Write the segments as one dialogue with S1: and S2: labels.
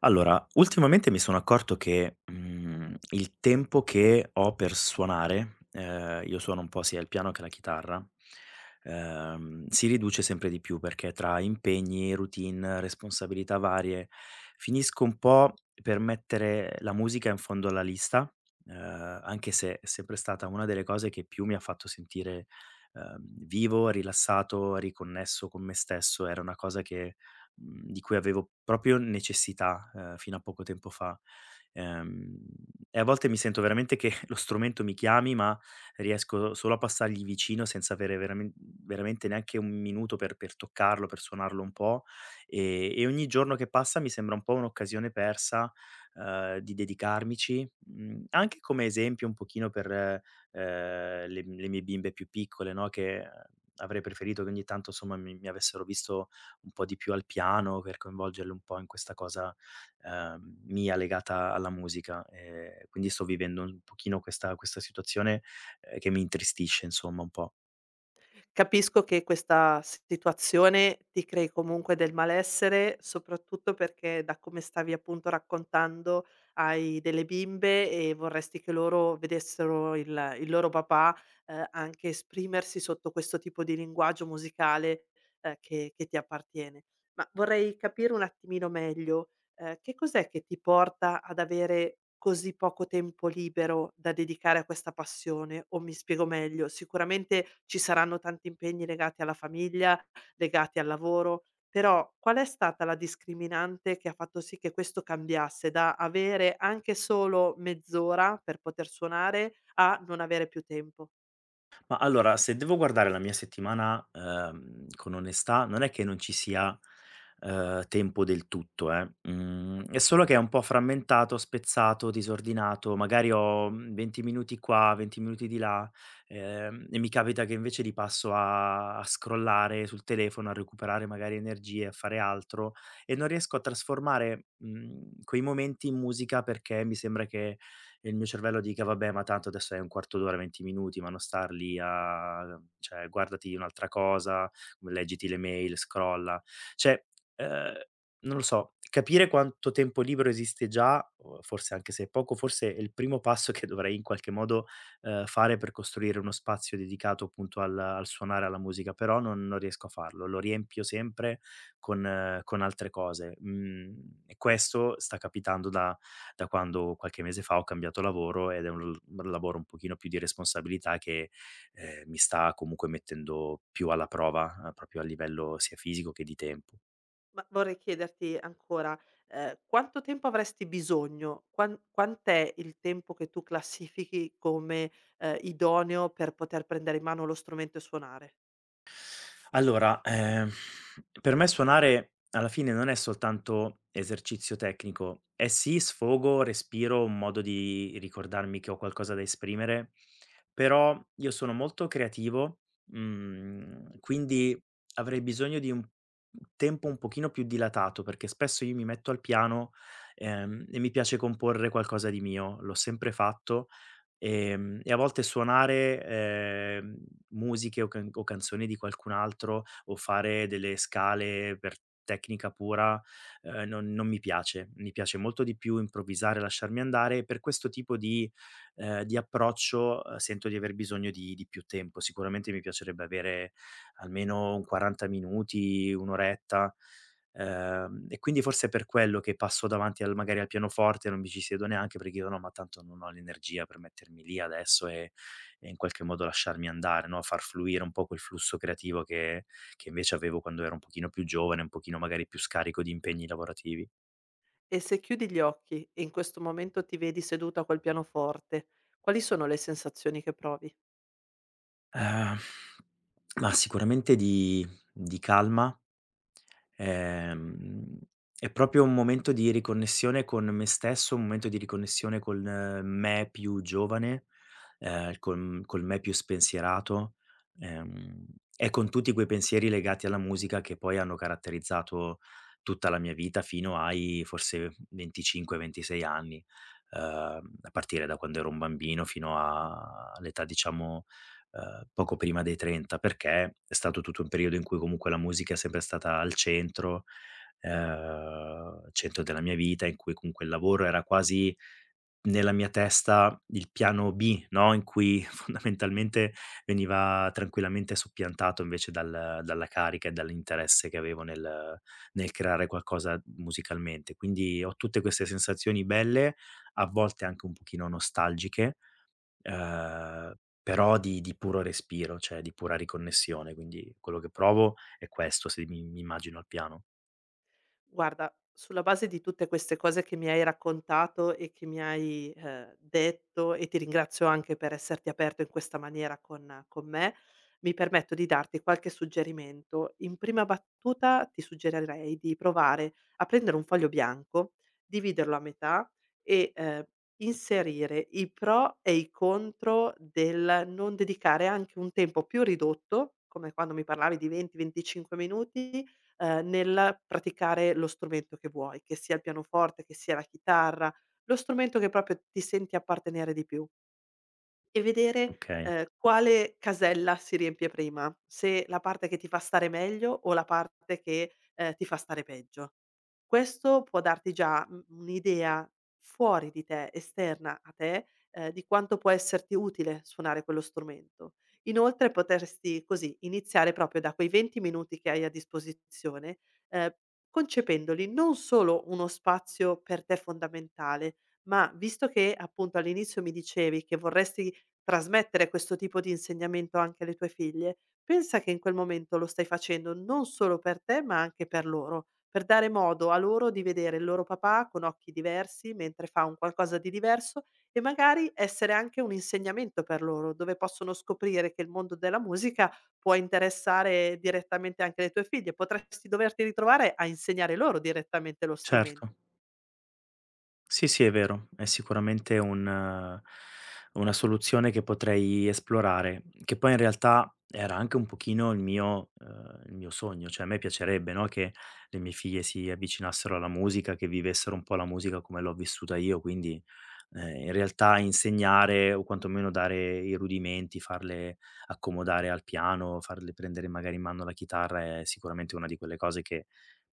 S1: Allora, ultimamente mi sono accorto che, il tempo che ho per suonare io suono un po' sia il piano che la chitarra, si riduce sempre di più perché tra impegni, routine, responsabilità varie, finisco un po' per mettere la musica in fondo alla lista, anche se è sempre stata una delle cose che più mi ha fatto sentire, ehm, vivo, rilassato, riconnesso con me stesso. Era una cosa che di cui avevo proprio necessità, fino a poco tempo fa. Ehm, e a volte mi sento veramente che lo strumento mi chiami, ma riesco solo a passargli vicino senza avere veramente neanche 1 minuto per toccarlo, per suonarlo un po', e ogni giorno che passa mi sembra un po' un'occasione persa, di dedicarmici, anche come esempio un pochino per, le mie bimbe più piccole, no, che avrei preferito che ogni tanto, somma, mi avessero visto un po' di più al piano, per coinvolgerlo un po' in questa cosa, mia legata alla musica. Quindi sto vivendo un pochino questa situazione, che mi intristisce insomma un po'.
S2: Capisco che questa situazione ti crei comunque del malessere, soprattutto perché da come stavi appunto raccontando hai delle bimbe e vorresti che loro vedessero il loro papà, anche esprimersi sotto questo tipo di linguaggio musicale, che ti appartiene. Ma vorrei capire un attimino meglio, che cos'è che ti porta ad avere così poco tempo libero da dedicare a questa passione? O mi spiego meglio, sicuramente ci saranno tanti impegni legati alla famiglia, legati al lavoro, però qual è stata la discriminante che ha fatto sì che questo cambiasse da avere anche solo mezz'ora per poter suonare a non avere più tempo?
S1: Ma allora, se devo guardare la mia settimana, con onestà, non è che non ci sia, tempo del tutto, eh. Mhmm, è solo che è un po' frammentato, spezzato, disordinato, magari ho, 20 minuti qua, 20 minuti di là, e mi capita che invece li passo a scrollare sul telefono, a recuperare magari energie, a fare altro e non riesco a trasformare, quei momenti in musica perché mi sembra che il mio cervello dica: "Vabbè, ma tanto adesso hai un quarto d'ora, 20 minuti, ma non star lì a cioè guardati un'altra cosa, leggiti le mail, scrolla". Cioè, ehm, non lo so, capire quanto tempo libero esiste già, o forse anche se è poco, forse è il primo passo che dovrei in qualche modo, fare per costruire uno spazio dedicato appunto al suonare, alla musica, però non riesco a farlo, lo riempio sempre con altre cose. Mhmm, e questo sta capitando da quando qualche mese fa ho cambiato lavoro ed è un l lavoro un pochino più di responsabilità che, mi sta comunque mettendo più alla prova, proprio a livello sia fisico che di tempo.
S2: Ma vorrei chiederti ancora, quanto tempo avresti bisogno? Quant'è il tempo che tu classifichi come, idoneo per poter prendere in mano lo strumento e suonare?
S1: Allora, per me suonare alla fine non è soltanto esercizio tecnico, è sì sfogo, respiro, un modo di ricordarmi che ho qualcosa da esprimere, però io sono molto creativo, quindi avrei bisogno di un tempo un pochino più dilatato, perché spesso io mi metto al piano, e mi piace comporre qualcosa di mio, l'ho sempre fatto. E a volte suonare, musiche o can o canzoni di qualcun altro o fare delle scale per tecnica pura, non mi piace. Mi piace molto di più improvvisare, lasciarmi andare e per questo tipo di approccio, sento di aver bisogno di più tempo. Sicuramente mi piacerebbe avere almeno un 40 minuti, 1 oretta. E quindi forse è per quello che passo davanti al magari al pianoforte, non mi ci siedo neanche perché dico: "No, ma tanto non ho l'energia per mettermi lì adesso e in qualche modo lasciarmi andare, no, far fluire un po' quel flusso creativo che invece avevo quando ero un pochino più giovane, un pochino magari più scarico di impegni lavorativi".
S2: E se chiudi gli occhi e in questo momento ti vedi seduta col pianoforte, quali sono le sensazioni che provi?
S1: Ehm, ma sicuramente di calma. Ehm, è proprio un momento di riconnessione con me stesso, un momento di riconnessione col me più giovane, con col me più spensierato, ehm, e con tutti quei pensieri legati alla musica che poi hanno caratterizzato tutta la mia vita fino ai forse 25, 26 anni, a partire da quando ero un bambino fino a all'età diciamo poco prima dei 30, perché è stato tutto un periodo in cui comunque la musica è sempre stata al centro, centro della mia vita, in cui comunque il lavoro era quasi nella mia testa il piano B, no, in cui fondamentalmente veniva tranquillamente soppiantato invece dal dalla carica e dall'interesse che avevo nel nel creare qualcosa musicalmente. Quindi ho tutte queste sensazioni belle, a volte anche un pochino nostalgiche, ehm, però di puro respiro, cioè di pura riconnessione, quindi quello che provo è questo, se mi immagino al piano,
S2: Guarda, sulla base di tutte queste cose che mi hai raccontato e che mi hai, detto, e ti ringrazio anche per esserti aperto in questa maniera con me, mi permetto di darti qualche suggerimento. In prima battuta ti suggerirei di provare a prendere un foglio bianco, dividerlo a metà e, inserire i pro e i contro del non dedicare anche un tempo più ridotto, come quando mi parlavi di 20, 25 minuti, nel praticare lo strumento che vuoi, che sia il pianoforte, che sia la chitarra, lo strumento che proprio ti senti appartenere di più. E vedere,
S1: okay?
S2: quale casella si riempie prima, se la parte che ti fa stare meglio o la parte che, ti fa stare peggio. Questo può darti già, mhmm, un'idea fuori di te, esterna a te, di quanto può esserti utile suonare quello strumento. Inoltre potresti così iniziare proprio da quei 20 minuti che hai a disposizione, ehm, concependoli non solo uno spazio per te fondamentale, ma visto che appunto all'inizio mi dicevi che vorresti trasmettere questo tipo di insegnamento anche alle tue figlie, pensa che in quel momento lo stai facendo non solo per te, ma anche per loro, per dare modo a loro di vedere il loro papà con occhi diversi mentre fa un qualcosa di diverso e magari essere anche un insegnamento per loro, dove possono scoprire che il mondo della musica può interessare direttamente anche le tue figlie. Potresti doverti ritrovare a insegnare loro direttamente lo strumento.
S1: Certo. Sì, sì, è vero, è sicuramente un una soluzione che potrei esplorare, che poi in realtà era anche un pochino il mio sogno, cioè a me piacerebbe, no, che le mie figlie si avvicinassero alla musica, che vivessero un po' la musica come l'ho vissuta io, quindi, in realtà insegnare o quantomeno dare i rudimenti, farle accomodare al piano, farle prendere magari in mano la chitarra è sicuramente una di quelle cose che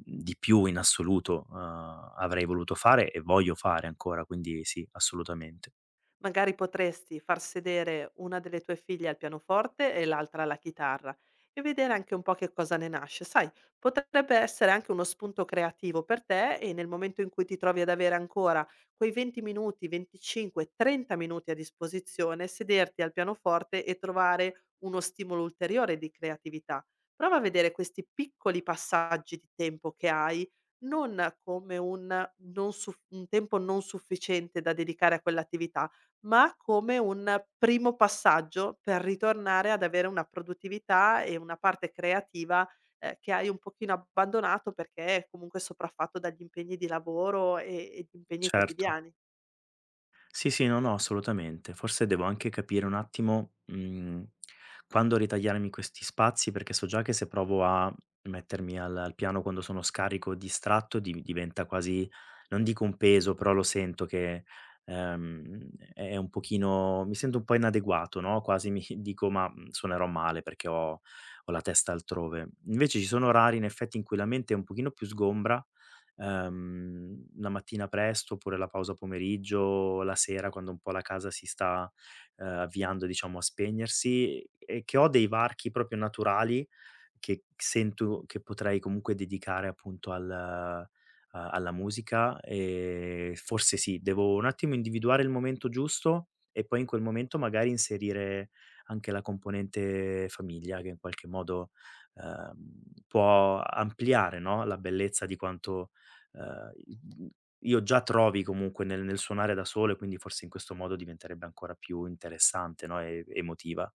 S1: di più in assoluto, avrei voluto fare e voglio fare ancora, quindi sì, assolutamente.
S2: Magari potresti far sedere una delle tue figlie al pianoforte e l'altra alla chitarra e vedere anche un po' che cosa ne nasce. Sai, potrebbe essere anche uno spunto creativo per te e nel momento in cui ti trovi ad avere ancora quei 20 minuti, 25, 30 minuti a disposizione, sederti al pianoforte e trovare uno stimolo ulteriore di creatività. Prova a vedere questi piccoli passaggi di tempo che hai non come non suff- un tempo non sufficiente da dedicare a quell'attività, ma come un primo passaggio per ritornare ad avere una produttività e una parte creativa, che hai un pochino abbandonato perché è comunque sopraffatto dagli impegni di lavoro e gli impegni
S1: Certo.
S2: quotidiani.
S1: Sì, sì, no, no, assolutamente. Forse devo anche capire un attimo, quando ritagliarmi questi spazi, perché so già che se provo a mettermi al piano quando sono scarico o distratto di diventa quasi non dico un peso, però lo sento che, ehm, è un pochino mi sento un po' inadeguato, no, quasi mi dico: "Ma, suonerò male perché ho la testa altrove". Invece ci sono orari in effetti in cui la mente è un pochino più sgombra, la mattina presto oppure la pausa pomeriggio, la sera quando un po' la casa si sta, avviando diciamo a spegnersi e che ho dei varchi proprio naturali che sento che potrei comunque dedicare appunto al a alla musica, forse sì, devo un attimo individuare il momento giusto e poi in quel momento magari inserire anche la componente famiglia che in qualche modo, ehm, può ampliare, no, la bellezza di quanto Ehm, io già trovi comunque nel suonare da solo e quindi forse in questo modo diventerebbe ancora più interessante, no, e emotiva.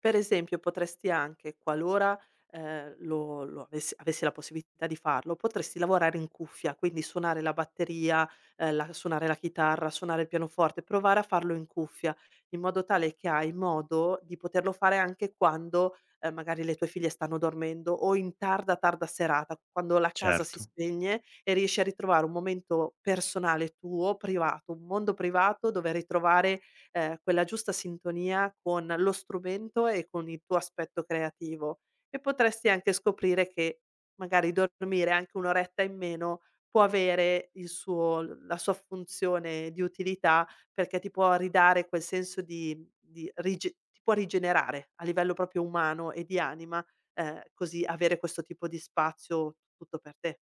S2: Per esempio potresti anche, qualora, lo avessi la possibilità di farlo, potresti lavorare in cuffia, quindi suonare la batteria, la suonare la chitarra, suonare il pianoforte, provare a farlo in cuffia, in modo tale che hai modo di poterlo fare anche quando, magari le tue figlie stanno dormendo o in tarda serata, quando la casa si
S1: Certo.
S2: spegne e riesci a ritrovare un momento personale tuo, privato, un mondo privato dove ritrovare quella giusta sintonia con lo strumento e con il tuo aspetto creativo. E potresti anche scoprire che magari dormire anche 1 oretta in meno può avere il suo l la sua funzione di utilità, perché ti può ridare quel senso di rige ti può rigenerare a livello proprio umano e di anima, così avere questo tipo di spazio tutto per te.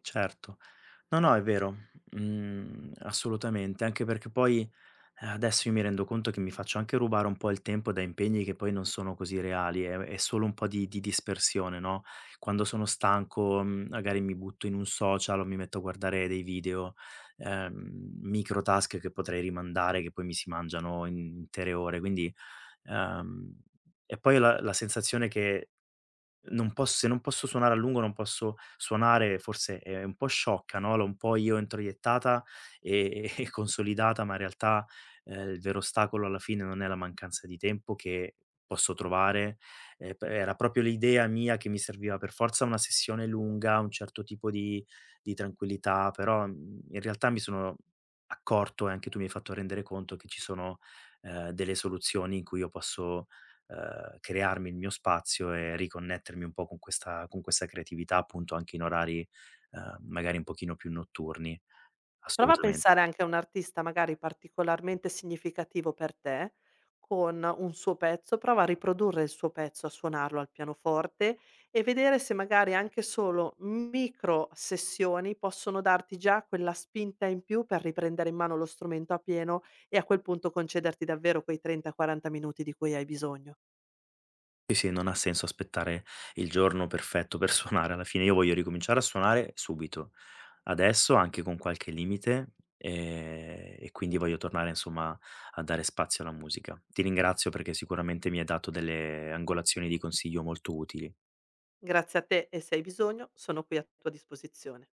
S1: Certo. No, no, è vero, assolutamente, anche perché poi, adesso io mi rendo conto che mi faccio anche rubare un po' il tempo da impegni che poi non sono così reali, è solo un po' di dispersione, no, quando sono stanco, magari mi butto in un social o mi metto a guardare dei video, ehm, micro task che potrei rimandare, che poi mi si mangiano in intere ore, quindi, ehm e poi la sensazione che non posso se non posso suonare a lungo, non posso suonare forse è un po' sciocca, no, l'ho un po' io introiettata e e consolidata, ma in realtà, il vero ostacolo alla fine non è la mancanza di tempo che posso trovare, p era proprio l'idea mia che mi serviva per forza una sessione lunga, un certo tipo di tranquillità, però, in realtà mi sono accorto e anche tu mi hai fatto rendere conto che ci sono, delle soluzioni in cui io posso crearmi il mio spazio e riconnettermi un po' con questa creatività, appunto, anche in orari, magari un pochino più notturni.
S2: Prova a
S1: Assolutamen
S2: pensare anche a un artista magari particolarmente significativo per te, con un suo pezzo, prova a riprodurre il suo pezzo, a suonarlo al pianoforte e vedere se magari anche solo micro sessioni possono darti già quella spinta in più per riprendere in mano lo strumento a pieno e a quel punto concederti davvero quei 30-40 minuti di cui hai bisogno.
S1: Sì, sì, non ha senso aspettare il giorno perfetto per suonare. Alla fine io voglio ricominciare a suonare subito, adesso, anche con qualche limite, e quindi voglio tornare, insomma, a dare spazio alla musica. Ti ringrazio perché sicuramente mi hai dato delle angolazioni di consiglio molto utili.
S2: Grazie a te e se hai bisogno sono qui a tua disposizione.